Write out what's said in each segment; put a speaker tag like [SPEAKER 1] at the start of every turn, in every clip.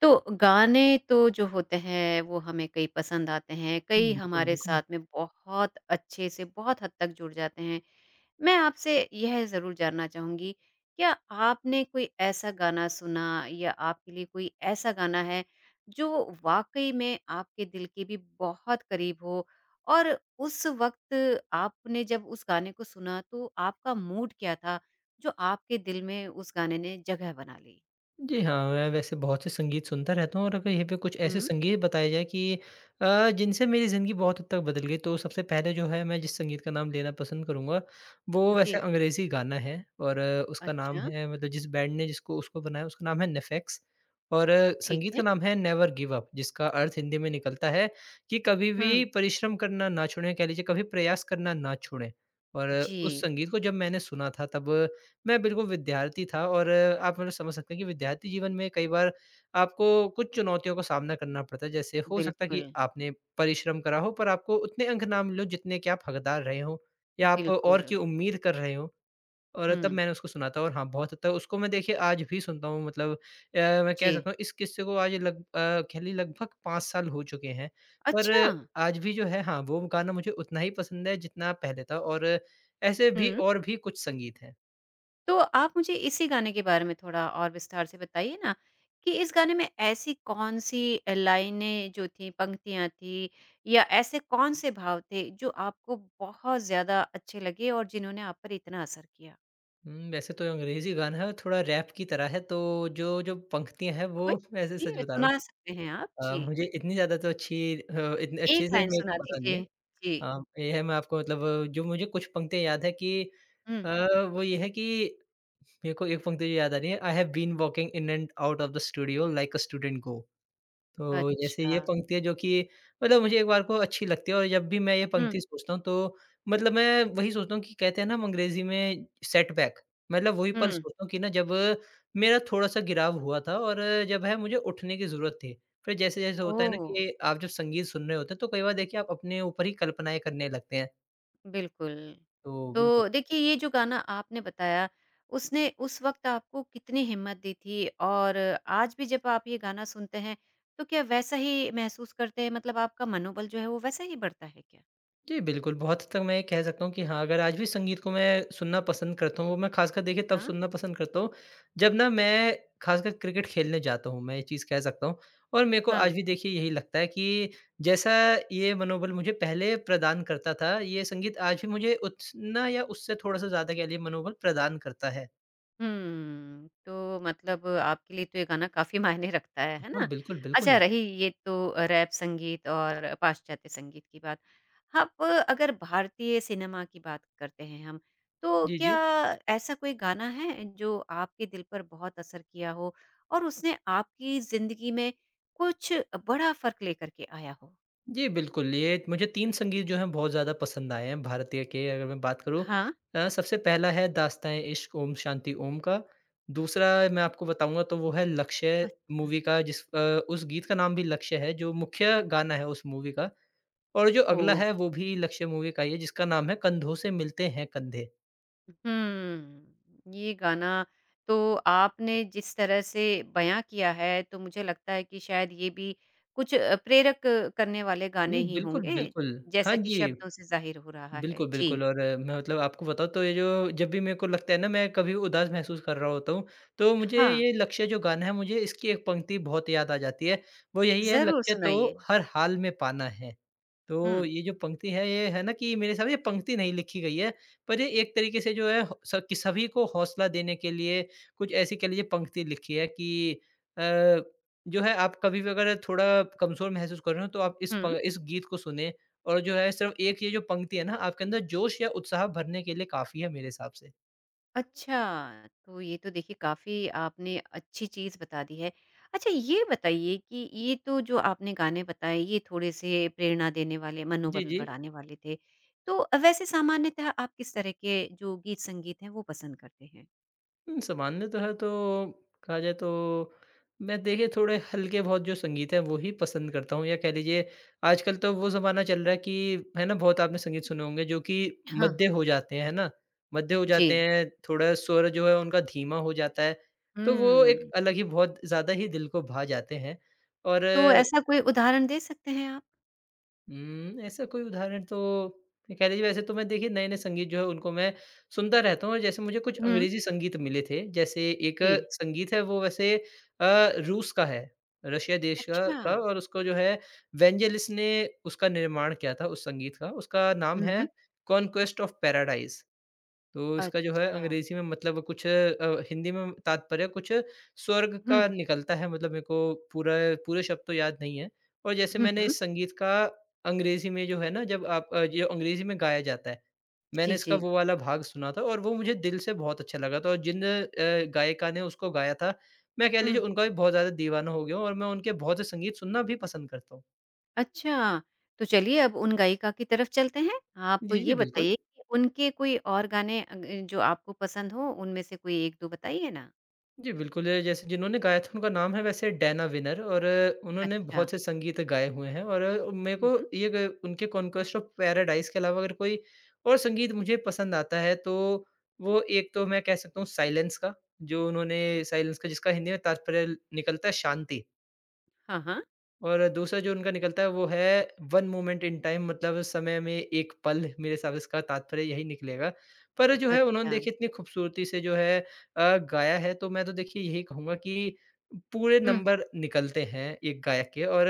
[SPEAKER 1] तो गाने तो जो होते हैं वो हमें कई पसंद आते हैं, कई
[SPEAKER 2] बिल्कुल,
[SPEAKER 1] हमारे साथ
[SPEAKER 2] बिल्कुल।
[SPEAKER 1] में बहुत अच्छे से बहुत हद तक जुड़ जाते हैं। मैं आपसे यह ज़रूर जानना चाहूँगी, क्या आपने कोई ऐसा गाना सुना या आपके लिए कोई ऐसा गाना है जो वाक़ई में आपके दिल के भी बहुत करीब हो और उस वक़्त आपने जब उस गाने को सुना तो आपका मूड क्या था जो आपके दिल में उस गाने ने जगह बना ली?
[SPEAKER 2] जी हाँ, मैं वैसे बहुत से संगीत सुनता रहता हूँ और अगर यहीं पे कुछ ऐसे
[SPEAKER 1] हुँ।
[SPEAKER 2] संगीत बताए जाएँ कि जिनसे मेरी ज़िंदगी बहुत हद तक बदल गई, तो सबसे पहले जो है मैं जिस संगीत का नाम लेना पसंद करूँगा, वो वैसे
[SPEAKER 1] जी,
[SPEAKER 2] अंग्रेज़ी गाना है और उसका नाम
[SPEAKER 1] अच्छा।
[SPEAKER 2] है मतलब जिस बैंड ने जिसको उसको बनाया उसका नाम है नेफेक्स। और
[SPEAKER 1] ठीक
[SPEAKER 2] संगीत
[SPEAKER 1] है।
[SPEAKER 2] का नाम है नेवर गिव अप, जिसका अर्थ हिंदी में निकलता है कि कभी
[SPEAKER 1] हुँ।
[SPEAKER 2] भी परिश्रम करना ना छोड़ें, कह लीजिए कभी प्रयास करना ना छोड़ें। और उस
[SPEAKER 1] जी,
[SPEAKER 2] संगीत को जब मैंने सुना था, तब मैं बिल्कुल विद्यार्थी था और आप मतलब समझ सकते हैं कि विद्यार्थी जीवन में कई बार आपको कुछ चुनौतियों का सामना करना पड़ता है। जैसे हो सकता है कि
[SPEAKER 1] बिल्कुल,
[SPEAKER 2] आपने परिश्रम करा हो पर आपको उतने अंक ना मिले हों जितने कि आप हकदार रहे हों या आप
[SPEAKER 1] बिल्कुल।
[SPEAKER 2] और की उम्मीद कर रहे हों। और तब
[SPEAKER 1] हुँ,
[SPEAKER 2] मैंने उसको सुना था और हाँ, बहुत हद तक उसको मैं देखिए आज भी सुनता हूँ। मतलब मैं कह
[SPEAKER 1] जी।
[SPEAKER 2] सकता हूँ इस किस्से को आज कह लीजिए लगभग 5 साल हो चुके हैं। पर
[SPEAKER 1] अच्छा!
[SPEAKER 2] आज भी जो है हाँ, वो गाना मुझे उतना ही पसंद है जितना पहले था और ऐसे भी
[SPEAKER 1] हुँ,
[SPEAKER 2] और भी कुछ संगीत हैं।
[SPEAKER 1] तो आप मुझे इसी गाने के बारे में थोड़ा और विस्तार से बताइए ना कि इस गाने में ऐसी कौन-सी लाइनें जो थीं, पंक्तियाँ थीं या ऐसे कौन-से भाव थे जो आपको बहुत ज़्यादा अच्छे लगे और जिन्होंने आप पर इतना असर किया?
[SPEAKER 2] वैसे तो अंग्रेज़ी गाना है और थोड़ा रैप की तरह है, तो जो पंक्तियाँ हैं
[SPEAKER 1] कोई
[SPEAKER 2] वो वैसे
[SPEAKER 1] जी,
[SPEAKER 2] सच बता रहा हूँ
[SPEAKER 1] सुना
[SPEAKER 2] कि
[SPEAKER 1] सकते हैं आप। जी,
[SPEAKER 2] मुझे इतनी ज़्यादा तो इतने अच्छे
[SPEAKER 1] 1
[SPEAKER 2] से
[SPEAKER 1] लाइन
[SPEAKER 2] मेरे
[SPEAKER 1] सुना
[SPEAKER 2] को पता नहीं
[SPEAKER 1] दीजिए।
[SPEAKER 2] है।
[SPEAKER 1] जी,
[SPEAKER 2] अ, ये है, मैं आपको मतलब जो मुझे कुछ पंक्तियाँ याद है कि
[SPEAKER 1] हुँ।
[SPEAKER 2] अ, वो ये है कि मेरे को एक पंक्ति जो याद आ रही है, I have been walking in and out of the studio like a student go. तो जैसे
[SPEAKER 1] अच्छा।
[SPEAKER 2] ये पंक्ति है जो कि मतलब मुझे एक बार को अच्छी लगती है और जब भी मैं ये
[SPEAKER 1] हुँ,
[SPEAKER 2] पंक्ति सोचता हूँ, तो मतलब मैं वही सोचता हूँ कि कहते हैं ना हम अंग्रेजी में सेटबैक, मतलब वही पल
[SPEAKER 1] हुँ।
[SPEAKER 2] सोचता हूँ कि ना जब मेरा थोड़ा-सा गिराव हुआ था और जब है मुझे उठने की ज़रूरत थी। फिर जैसे-जैसे होता है ना
[SPEAKER 1] ओह!
[SPEAKER 2] कि आप जब संगीत सुन रहे होते हैं तो कई बार देखिए आप अपने ऊपर ही कल्पनाएँ करने लगते हैं।
[SPEAKER 1] बिल्कुल।
[SPEAKER 2] तो बिल्कुल।
[SPEAKER 1] तो देखिए ये जो गाना आपने बताया, उसने उस वक़्त आपको कितनी हिम्मत दी थी? और आज भी जब आप ये गाना सुनते हैं, तो क्या वैसा ही महसूस करते हैं मतलब आपका मनोबल जो है वो वैसा ही बढ़ता है क्या?
[SPEAKER 2] जी, बिल्कुल, बहुत हद तक मैं ये कह सकता हूँ कि हाँ, अगर आज भी संगीत को मैं सुनना पसंद करता हूँ, वो मैं ख़ासकर देखिए तब
[SPEAKER 1] हाँ।
[SPEAKER 2] सुनना पसंद करता हूँ, जब ना मैं ख़ासकर क्रिकेट खेलने जाता हूँ, मैं ये चीज़ कह सकता हूँ। और मेरे को
[SPEAKER 1] हाँ
[SPEAKER 2] आज भी देखिए यही लगता है कि जैसा ये मनोबल मुझे पहले प्रदान करता था, ये संगीत आज भी मुझे उतना या उससे थोड़ा-सा ज़्यादा कह लिए मनोबल प्रदान करता है।
[SPEAKER 1] तो मतलब आपके लिए तो ये गाना काफ़ी मायने रखता है
[SPEAKER 2] हाँ,
[SPEAKER 1] ना?
[SPEAKER 2] बिल्कुल,
[SPEAKER 1] अच्छा
[SPEAKER 2] बिल्कुल।
[SPEAKER 1] रही ये तो रैप संगीत और पाश्चात्य संगीत की बात। अब अगर भारतीय सिनेमा की बात करते हैं हम, तो
[SPEAKER 2] जी,
[SPEAKER 1] क्या
[SPEAKER 2] जी।
[SPEAKER 1] ऐसा कोई गाना है जो आपके दिल पर बहुत असर किया हो और उसने आपकी ज़िंदगी में कुछ बड़ा फ़र्क लेकर के आया हो?
[SPEAKER 2] जी, बिल्कुल, ये मुझे 3 संगीत जो हैं बहुत ज़्यादा पसंद आए हैं, भारतीय के अगर मैं बात करूँ।
[SPEAKER 1] हाँ।
[SPEAKER 2] सबसे पहला है दास्तान ए इश्क ओम शांति ओम का, दूसरा मैं आपको बताऊँगा तो वो है लक्ष्य
[SPEAKER 1] अच्छा।
[SPEAKER 2] मूवी का। उस गीत का नाम भी लक्ष्य है, जो मुख्य गाना है उस मूवी का। और जो अगला
[SPEAKER 1] ओह!
[SPEAKER 2] है वो भी लक्ष्य मूवी का ही है, जिसका नाम है कंधों से मिलते हैं कंधे।
[SPEAKER 1] ये गाना तो आपने जिस तरह से बयां किया है तो मुझे लगता है कि शायद ये भी कुछ प्रेरक करने वाले गाने ही
[SPEAKER 2] बिल्कुल,
[SPEAKER 1] होंगे
[SPEAKER 2] बिल्कुल। हाँ
[SPEAKER 1] जैसा कि
[SPEAKER 2] जी।
[SPEAKER 1] शब्दों से जाहिर हो रहा है
[SPEAKER 2] बिल्कुल,
[SPEAKER 1] जी
[SPEAKER 2] बिल्कुल। और मैं मतलब आपको बताऊँ तो ये जो जब भी मेरे को लगता है ना मैं कभी उदास महसूस कर रहा होता हूँ, तो मुझे
[SPEAKER 1] हाँ
[SPEAKER 2] ये लक्ष्य जो गाना है, मुझे इसकी एक पंक्ति बहुत याद आ जाती है, वो यही है
[SPEAKER 1] जरूर
[SPEAKER 2] लक्ष्य तो
[SPEAKER 1] सुनाइए
[SPEAKER 2] हर हाल में पाना है। तो
[SPEAKER 1] हम्म
[SPEAKER 2] ये जो पंक्ति है, ये है ना कि मेरे हिसाब से ये पंक्ति नहीं लिखी गई है, पर ये एक तरीके से जो है ह स कि सभी को हौसला देने के लिए कुछ ऐसी कह लीजिए पंक्ति लिखी है कि अ, जो है, आप कभी भी अगर थोड़ा कमज़ोर महसूस कर रहे हो तो आप
[SPEAKER 1] हम्म
[SPEAKER 2] इस गीत को सुने और जो है सिर्फ़ एक ये जो पंक्ति है ना आपके अंदर जोश या उत्साह भरने के लिए काफ़ी है मेरे हिसाब से।
[SPEAKER 1] अच्छा, तो ये तो देखिए काफ़ी आपने अच्छी चीज़ बता दी है। अच्छा ये बताइए कि ये तो जो आपने गाने बताए ये थोड़े-से प्रेरणा देने वाले,
[SPEAKER 2] जी,
[SPEAKER 1] मनोबल
[SPEAKER 2] जी।
[SPEAKER 1] बढ़ाने वाले थे। तो वैसे सामान्यतः आप किस तरह के जो गीत-संगीत हैं वो पसंद करते हैं?
[SPEAKER 2] सामान्य तो है तो कहा जाए तो मैं देखिए थोड़े हल्के बहुत जो संगीत है वो ही पसंद करता हूँ, या कह लीजिए आजकल तो वो ज़माना चल रहा है कि है ना बहुत आपने संगीत सुने होंगे जो कि
[SPEAKER 1] हाँ।
[SPEAKER 2] मध्य हो जाते हैं, है ना? मध्य हो
[SPEAKER 1] जी।
[SPEAKER 2] जाते हैं, थोड़ा स्वर जो है उनका धीमा हो जाता है। तो वो एक
[SPEAKER 1] हुँ,
[SPEAKER 2] अलग ही बहुत ज़्यादा ही दिल को भा जाते हैं। और
[SPEAKER 1] तो ऐसा कोई उदाहरण दे सकते हैं आप?
[SPEAKER 2] ऐसा कोई उदाहरण तो ये कह लीजिए, वैसे तो मैं देखिए नए-नए संगीत जो है उनको मैं सुनता रहता हूँ, और जैसे मुझे कुछ
[SPEAKER 1] हुँ।
[SPEAKER 2] अंग्रेज़ी संगीत मिले थे। जैसे एक
[SPEAKER 1] जी।
[SPEAKER 2] संगीत है वो वैसे रूस का है, रशिया देश का
[SPEAKER 1] अच्छा।
[SPEAKER 2] का और उसको जो है वेंजेलिस ने उसका निर्माण किया था, उस संगीत का। उसका नाम
[SPEAKER 1] हुँ,
[SPEAKER 2] है
[SPEAKER 1] हुँ।
[SPEAKER 2] Conquest of paradise. तो इसका जो है
[SPEAKER 1] अच्छा।
[SPEAKER 2] अंग्रेज़ी में मतलब हिंदी में तात्पर्य कुछ स्वर्ग
[SPEAKER 1] हुँ,
[SPEAKER 2] का निकलता है, मतलब मेरे को पूरा पूरे शब्द तो याद नहीं है। और जैसे
[SPEAKER 1] हुँ,
[SPEAKER 2] मैंने
[SPEAKER 1] हुँ।
[SPEAKER 2] इस संगीत का अंग्रेज़ी में जो है ना जब आप जो अंग्रेज़ी में गाया जाता है, मैंने
[SPEAKER 1] जी,
[SPEAKER 2] इसका
[SPEAKER 1] जी।
[SPEAKER 2] वो वाला भाग सुना था और वो मुझे दिल से बहुत अच्छा लगा था। और जिन गायिका ने उसको गाया था, मैं कह
[SPEAKER 1] हुँ।
[SPEAKER 2] लीजिए उनका भी बहुत ज़्यादा दीवाना हो गया हूँ और मैं उनके बहुत से संगीत सुनना भी पसंद करता हूँ।
[SPEAKER 1] अच्छा, तो चलिए अब उन गायिका की तरफ चलते हैं। आप
[SPEAKER 2] जी,
[SPEAKER 1] ये
[SPEAKER 2] जी, बिल्कुल।
[SPEAKER 1] बताइए कि उनके कोई और गाने अ, ग जो आपको पसंद हो, उनमें से कोई 1-2 बताइए ना?
[SPEAKER 2] जी, बिल्कुल, जैसे जिन्होंने गाया था उनका नाम है वैसे डैना विनर, और उन्होंने
[SPEAKER 1] अच्छा।
[SPEAKER 2] बहुत से संगीत गाए हुए हैं। और मेरे
[SPEAKER 1] हुँ,
[SPEAKER 2] को
[SPEAKER 1] हुँ।
[SPEAKER 2] ये ग उनके कॉन्क्वेस्ट ऑफ पैराडाइस के अलावा अगर कोई और संगीत मुझे पसंद आता है तो वो, एक तो मैं कह सकता हूँ साइलेंस का, जो उन्होंने साइलेंस का जिसका हिंदी में तात्पर्य निकलता है शांति।
[SPEAKER 1] हाँ, हाँ।
[SPEAKER 2] और दूसरा जो उनका निकलता है वो है वन मोमेंट इन टाइम, मतलब समय में एक पल, मेरे हिसाब से इसका तात्पर्य यही निकलेगा। पर जो है उन्होंने
[SPEAKER 1] अच्छा।
[SPEAKER 2] देखिए इतनी खूबसूरती से जो है गाया है, तो मैं तो देखिए यही कहूँगा कि पूरे
[SPEAKER 1] हुँ,
[SPEAKER 2] नंबर निकलते हैं एक गायक के। और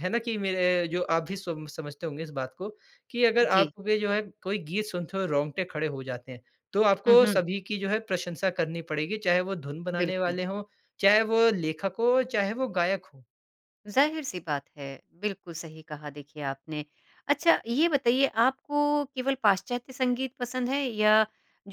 [SPEAKER 2] है ना कि मेरे जो आप भी सम समझते होंगे इस बात को कि अगर आप
[SPEAKER 1] जी।
[SPEAKER 2] भी जो है कोई गीत सुनते हो, रोंगटे खड़े हो जाते हैं, तो
[SPEAKER 1] हुँ,
[SPEAKER 2] आपको
[SPEAKER 1] हुँ।
[SPEAKER 2] सभी की जो है प्रशंसा करनी पड़ेगी, चाहे वो धुन बनाने
[SPEAKER 1] बिल्कुल,
[SPEAKER 2] वाले हों, चाहे वो लेखक हो, चाहे वो गायक हो।
[SPEAKER 1] ज़ाहिर-सी बात है। बिल्कुल सही कहा देखिए आपने। अच्छा ये बताइए आपको केवल पाश्चात्य संगीत पसंद है या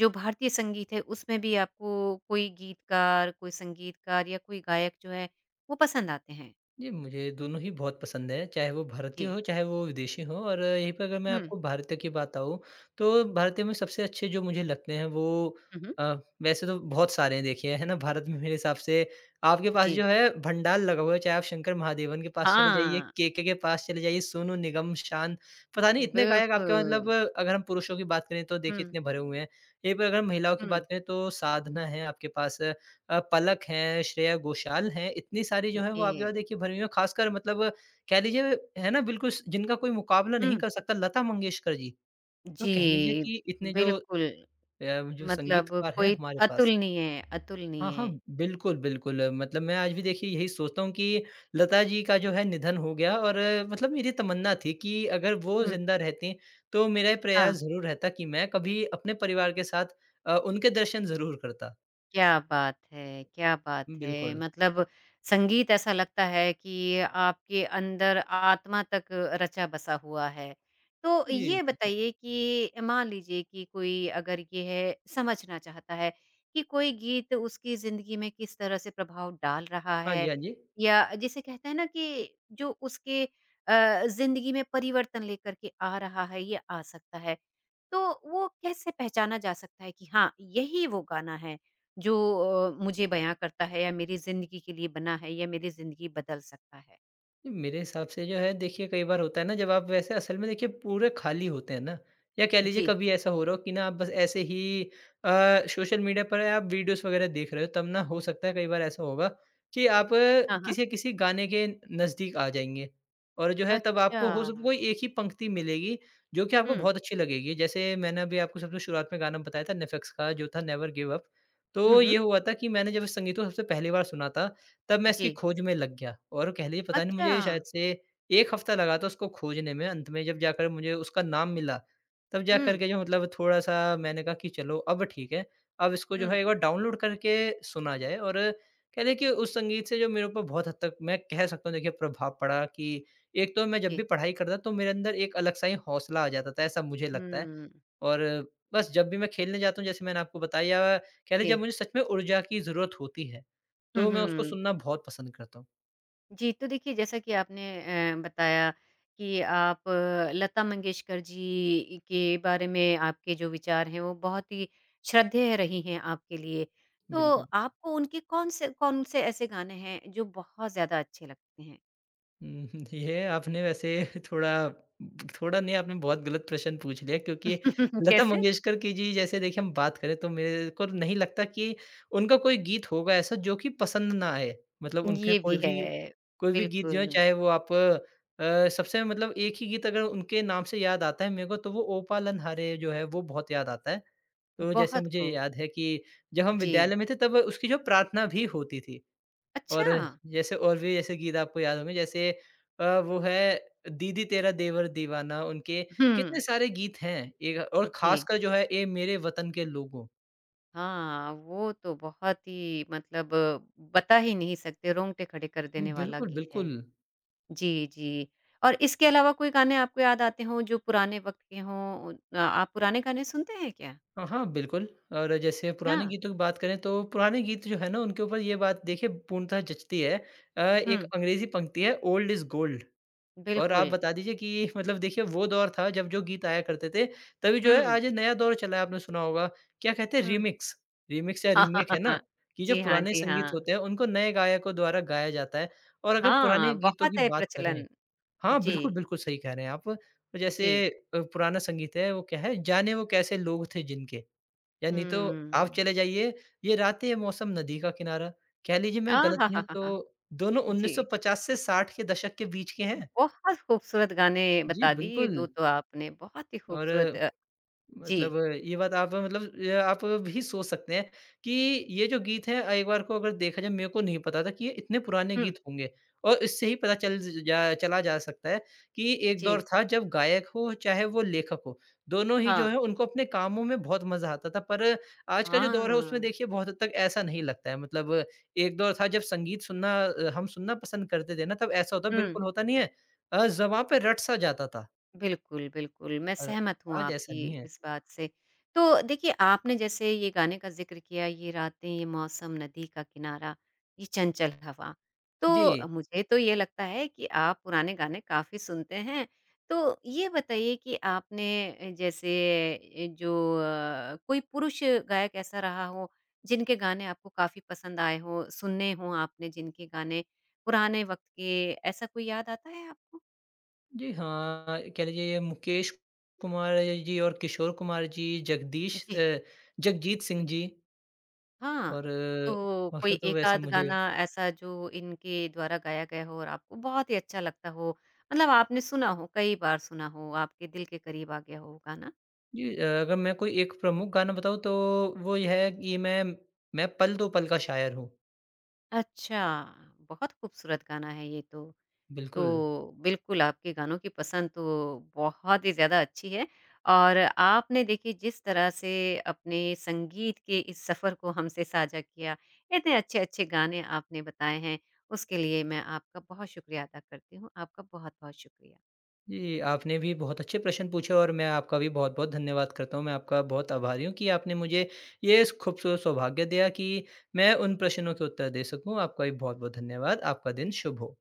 [SPEAKER 1] जो भारतीय संगीत है उसमें भी आपको कोई गीतकार, कोई संगीतकार या कोई गायक जो है वो पसंद आते हैं?
[SPEAKER 2] जी, मुझे दोनों ही बहुत पसंद है, चाहे वो भारतीय
[SPEAKER 1] जी।
[SPEAKER 2] हो, चाहे वो विदेशी हो। और यहीं पे अगर मैं
[SPEAKER 1] हुँ।
[SPEAKER 2] आपको भारतीय की बात आऊँ, तो भारतीय में सबसे अच्छे जो मुझे लगते हैं वो,
[SPEAKER 1] हुँ, हुँ।
[SPEAKER 2] अ, वैसे तो बहुत सारे हैं देखिए, है ना? भारत में मेरे हिसाब से आपके पास
[SPEAKER 1] जी।
[SPEAKER 2] जो है भंडार लगा हुआ है, चाहे आप शंकर महादेवन के पास चले जाइए,
[SPEAKER 1] हाँ,
[SPEAKER 2] केके के पास चले जाइए, सोनू निगम, शान, पता नहीं इतने गायक आपके, मतलब
[SPEAKER 1] बिल्कुल।
[SPEAKER 2] अगर हम पुरुषों की बात करें तो देखिए
[SPEAKER 1] हुँ,
[SPEAKER 2] इतने भरे हुए हैं। यहीं पर अगर हम महिलाओं की
[SPEAKER 1] हुँ,
[SPEAKER 2] बात करें तो साधना है आपके पास। पलक हैं, श्रेया घोषाल हैं, इतनी सारी जो हैं वो आपके
[SPEAKER 1] जी।
[SPEAKER 2] पास देखिए भरी हुई हैं। ख़ासकर मतलब कह लीजिए है ना, बिल्कुल स जिनका कोई मुकाबला
[SPEAKER 1] हुँ,
[SPEAKER 2] नहीं कर सकता, लता मंगेशकर जी। तो
[SPEAKER 1] जी,
[SPEAKER 2] कह लीजिए कि इतने जो अ,
[SPEAKER 1] बिल्कुल
[SPEAKER 2] जो
[SPEAKER 1] मतलब
[SPEAKER 2] संगीतकार हैं
[SPEAKER 1] कोई
[SPEAKER 2] हमारे पास।
[SPEAKER 1] अतुलनीय
[SPEAKER 2] हाँ, हाँ,
[SPEAKER 1] अतुलनीय।
[SPEAKER 2] बिल्कुल, बिल्कुल। मतलब मैं आज भी देखिए यही सोचता हूँ कि लता जी का जो है निधन हो गया, और मतलब मेरी तमन्ना थी कि अगर वो
[SPEAKER 1] हुँ,
[SPEAKER 2] ज़िंदा रहतीं, तो मेरा ये
[SPEAKER 1] हाँ।
[SPEAKER 2] प्रयास ज़रूर रहता कि मैं कभी अपने परिवार के साथ उनके दर्शन ज़रूर करता।
[SPEAKER 1] क्या बात है! क्या बात है!
[SPEAKER 2] बिल्कुल।
[SPEAKER 1] मतलब संगीत ऐसा लगता है कि आपके अंदर आत्मा तक रचा बसा हुआ है। तो
[SPEAKER 2] जी,
[SPEAKER 1] ये
[SPEAKER 2] बिल्कुल।
[SPEAKER 1] बताइए कि मान लीजिए कि कोई अगर ये है समझना चाहता है कि कोई गीत उसकी ज़िंदगी में किस तरह से प्रभाव डाल रहा
[SPEAKER 2] हाँ
[SPEAKER 1] है
[SPEAKER 2] जी, हाँ जी।
[SPEAKER 1] या जिसे कहते हैं ना कि जो उसके ज़िंदगी में परिवर्तन लेकर के आ रहा है, ये आ सकता है। तो वो कैसे पहचाना जा सकता है कि हाँ, यही वो गाना है जो मुझे बयाँ करता है या मेरी ज़िंदगी के लिए बना है या मेरी ज़िंदगी बदल सकता है?
[SPEAKER 2] मेरे हिसाब से जो है देखिए कई बार होता है ना जब आप वैसे असल में देखिए पूरे खाली होते हैं ना, या कह लीजिए
[SPEAKER 1] जी।
[SPEAKER 2] कभी ऐसा हो रहा हो कि ना आप बस ऐसे ही अ, सोशल मीडिया पर आप वीडियोस वगैरह देख रहे हो, तब ना हो सकता है कई बार ऐसा होगा कि आप
[SPEAKER 1] हाँ, हाँ।
[SPEAKER 2] किसी किसी गाने के नज़दीक आ जाएँगे, और जो है तब
[SPEAKER 1] अच्छा।
[SPEAKER 2] आपको हो सकता कोई एक ही पंक्ति मिलेगी जो कि आपको
[SPEAKER 1] हुँ।
[SPEAKER 2] बहुत अच्छी लगेगी। जैसे मैंने अभी आपको सबसे शुरुआत में गाना बताया था नेफेक्स का, जो था नेवर गिव अप।
[SPEAKER 1] हुँ,
[SPEAKER 2] तो
[SPEAKER 1] हुँ।
[SPEAKER 2] ये हुआ था कि मैंने जब इस संगीत को सबसे पहली बार सुना था, तब मैं इसकी
[SPEAKER 1] जी।
[SPEAKER 2] खोज में लग गया, और कह लीजिए पता नहीं
[SPEAKER 1] अच्छा।
[SPEAKER 2] मुझे शायद से 1 हफ्ता लगा था उसको खोजने में। अंत में जब जाकर मुझे उसका नाम मिला, तब जा कर
[SPEAKER 1] हुँ,
[SPEAKER 2] के जो मतलब थोड़ा-सा मैंने कहा कि चलो अब ठीक है, अब इसको जो
[SPEAKER 1] हुँ।
[SPEAKER 2] है एक बार डाउनलोड करके सुना जाए, और कह लें कि उस संगीत से जो मेरे ऊपर बहुत हद तक मैं कह सकता हूँ देखिए प्रभाव पड़ा कि एक तो मैं जब
[SPEAKER 1] जी।
[SPEAKER 2] भी पढ़ाई करता तो मेरे अंदर एक अलग-सा ही हौसला आ जाता था, ऐसा मुझे लगता है।
[SPEAKER 1] हुँ।
[SPEAKER 2] और बस जब भी मैं खेलने जाता हूँ, जैसे मैंने आपको बताया, कहते हैं
[SPEAKER 1] जी।
[SPEAKER 2] जब मुझे सच में ऊर्जा की ज़रूरत होती है,
[SPEAKER 1] हुँ,
[SPEAKER 2] तो मैं उसको
[SPEAKER 1] हुँ।
[SPEAKER 2] सुनना बहुत पसंद करता हूँ।
[SPEAKER 1] जी, तो देखिए जैसा कि आपने बताया कि आप लता मंगेशकर जी के बारे में आपके जो विचार हैं वो बहुत ही श्रद्धेय रही हैं आपके लिए। तो
[SPEAKER 2] बिल्कुल।
[SPEAKER 1] आपको उनके कौन से ऐसे गाने हैं जो बहुत ज़्यादा अच्छे लगते हैं?
[SPEAKER 2] हुँ, हुँ, ये आपने वैसे थोड़ा, थोड़ा नहीं, आपने बहुत गलत प्रश्न पूछ लिया, क्योंकि लता
[SPEAKER 1] कैसे?
[SPEAKER 2] मंगेशकर की जी जैसे देखिए हम बात करें तो मेरे को नहीं लगता कि उनका कोई गीत होगा ऐसा जो कि पसंद ना आए। मतलब उनके
[SPEAKER 1] ये भी है,
[SPEAKER 2] कोई भी गीत जो है,
[SPEAKER 1] बिल्कुल।
[SPEAKER 2] चाहे वो आप सबसे, मतलब एक ही गीत अगर उनके नाम से याद आता है मेरे को, तो वो ओ पालन हारे जो है वो बहुत याद आता है। तो जैसे
[SPEAKER 1] बहुत
[SPEAKER 2] मुझे
[SPEAKER 1] खूब।
[SPEAKER 2] याद है कि जब हम
[SPEAKER 1] जी।
[SPEAKER 2] विद्यालय में थे तब उसकी जो प्रार्थना भी होती थी। और
[SPEAKER 1] अच्छा!
[SPEAKER 2] जैसे और भी ऐसे गीत आपको याद होंगे, जैसे वो है दीदी तेरा देवर दीवाना। उनके
[SPEAKER 1] हुँ।
[SPEAKER 2] कितने सारे गीत हैं। एक और
[SPEAKER 1] जी।
[SPEAKER 2] ख़ासकर जो है, ए मेरे वतन के लोगों।
[SPEAKER 1] हाँ, वो तो बहुत ही मतलब बता ही नहीं सकते, रोंगटे खड़े कर देने वाला
[SPEAKER 2] बिल्कुल,
[SPEAKER 1] गीत है।
[SPEAKER 2] बिल्कुल।
[SPEAKER 1] जी, जी। और इसके अलावा कोई गाने आपको याद आते हों जो पुराने वक़्त के हों? आप पुराने गाने सुनते हैं क्या?
[SPEAKER 2] हाँ, हाँ, बिल्कुल। और जैसे
[SPEAKER 1] अच्छा।
[SPEAKER 2] पुराने गीतों की बात करें, तो पुराने गीत जो है ना, उनके ऊपर ये बात देखिए पूर्णतः जचती है। एक
[SPEAKER 1] हुँ,
[SPEAKER 2] अंग्रेज़ी पंक्ति है, ओल्ड इज़ गोल्ड। और आप
[SPEAKER 1] बिल्कुल।
[SPEAKER 2] बता दीजिए कि मतलब देखिए वो दौर था जब जो गीत आया करते थे, तभी जो
[SPEAKER 1] हुँ,
[SPEAKER 2] है
[SPEAKER 1] हुँ।
[SPEAKER 2] आज नया दौर चला है, आपने सुना होगा, क्या कहते हैं, रीमिक्स, रीमिक्स या
[SPEAKER 1] हाँ, हाँ,
[SPEAKER 2] रीमेक
[SPEAKER 1] हाँ,
[SPEAKER 2] है ना,
[SPEAKER 1] हाँ।
[SPEAKER 2] कि जो
[SPEAKER 1] जी हाँ,
[SPEAKER 2] पुराने
[SPEAKER 1] जी
[SPEAKER 2] संगीत
[SPEAKER 1] हाँ।
[SPEAKER 2] होते हैं उनको नए गायकों द्वारा गाया जाता है। और अगर पुराने
[SPEAKER 1] हाँ,
[SPEAKER 2] गीतों की
[SPEAKER 1] बहुत है
[SPEAKER 2] बात करें,
[SPEAKER 1] प्रचलन।
[SPEAKER 2] हाँ, बिल्कुल,
[SPEAKER 1] जी,
[SPEAKER 2] बिल्कुल सही कह रहे हैं आप। जैसे
[SPEAKER 1] जी।
[SPEAKER 2] पुराना संगीत है, वो क्या है, जाने वो कैसे लोग थे जिनके, या नहीं तो आप
[SPEAKER 1] हुँ।
[SPEAKER 2] चले जाइए, ये रातें, मौसम, नदी का किनारा, कह लीजिए मैं गलत नहीं हूँ
[SPEAKER 1] आहाहाहा!
[SPEAKER 2] तो दोनों
[SPEAKER 1] जी।
[SPEAKER 2] 1950 से 60 के दशक के बीच के हैं।
[SPEAKER 1] बहुत खूबसूरत गाने
[SPEAKER 2] जी,
[SPEAKER 1] बता दिए ये
[SPEAKER 2] बिल्कुल।
[SPEAKER 1] 2 तो आपने, बहुत ही
[SPEAKER 2] और
[SPEAKER 1] खूबसूरत जी।
[SPEAKER 2] मतलब, ये बात आप, मतलब आप भी सोच सकते हैं कि ये जो गीत है एक बार को अगर देखा जाए, मेरे को नहीं पता था कि ये इतने पुराने
[SPEAKER 1] हुँ,
[SPEAKER 2] गीत होंगे। और इससे ही पता चल ज जा चला जा सकता है कि एक
[SPEAKER 1] जी।
[SPEAKER 2] दौर था जब गायक हो चाहे वो लेखक हो, दोनों ही जो
[SPEAKER 1] हाँ,
[SPEAKER 2] है उनको अपने कामों में बहुत मज़ा आता था। पर आज का जो दौर है उसमें
[SPEAKER 1] हाँ।
[SPEAKER 2] देखिए बहुत हद तक ऐसा नहीं लगता है। मतलब एक दौर था जब संगीत सुनना, हम सुनना पसंद करते थे ना, तब ऐसा होता,
[SPEAKER 1] हुँ।
[SPEAKER 2] बिल्कुल होता नहीं है। ज़बाँ पे रट सा जाता था।
[SPEAKER 1] बिल्कुल, बिल्कुल, मैं
[SPEAKER 2] और
[SPEAKER 1] सहमत हूँ
[SPEAKER 2] आज ऐसा
[SPEAKER 1] आपकी
[SPEAKER 2] नहीं है।
[SPEAKER 1] इस बात से। तो देखिए, आपने जैसे ये गाने का ज़िक्र किया, ये रातें, ये मौसम, नदी का किनारा, ये चंचल हवा।
[SPEAKER 2] जी,
[SPEAKER 1] तो मुझे तो ये लगता है कि आप पुराने गाने काफ़ी सुनते हैं। तो ये बताइए कि आपने अ, जैसे ए, जो अ, कोई पुरुष गायक ऐसा रहा हो, जिनके गाने आपको काफ़ी पसंद आए हों, सुने हों आपने जिनके गाने, पुराने वक़्त के, ऐसा कोई याद आता है आपको?
[SPEAKER 2] जी हाँ, कह लीजिए ये मुकेश कुमार जी और किशोर कुमार जी,
[SPEAKER 1] जी।
[SPEAKER 2] जगजीत सिंह जी।
[SPEAKER 1] हाँ,
[SPEAKER 2] और
[SPEAKER 1] तो कोई
[SPEAKER 2] और तो वैसे
[SPEAKER 1] एकाध
[SPEAKER 2] मुझे,
[SPEAKER 1] गाना ऐसा जो इनके द्वारा गाया गया हो और आपको बहुत ही अच्छा लगता हो, मतलब आपने सुना हो, कई बार सुना हो, आपके दिल के करीब आ गया हो वो गाना?
[SPEAKER 2] जी अगर मैं कोई एक प्रमुख गाना बताऊँ तो वो ये है कि मैं पल दो पल का शायर हूँ।
[SPEAKER 1] अच्छा, बहुत खूबसूरत गाना है ये तो। तो
[SPEAKER 2] बिल्कुल।
[SPEAKER 1] बिल्कुल आपके गानों की पसंद तो बहुत ही ज़्यादा अच्छी है और आपने देखिए जिस तरह से अपने संगीत के इस सफ़र को हमसे साझा किया, इतने अच्छे-अच्छे गाने आपने बताए हैं, उसके लिए मैं आपका बहुत शुक्रिया अदा करती हूँ। आपका बहुत-बहुत शुक्रिया।
[SPEAKER 2] जी, आपने भी बहुत अच्छे प्रश्न पूछे और मैं आपका भी बहुत-बहुत धन्यवाद करता हूँ। मैं आपका बहुत आभारी हूँ कि आपने मुझे ये खूबसूरत सौभाग्य दिया कि मैं उन प्रश्नों के उत्तर दे सकूँ। आपका भी बहुत-बहुत धन्यवाद। आपका दिन शुभ हो।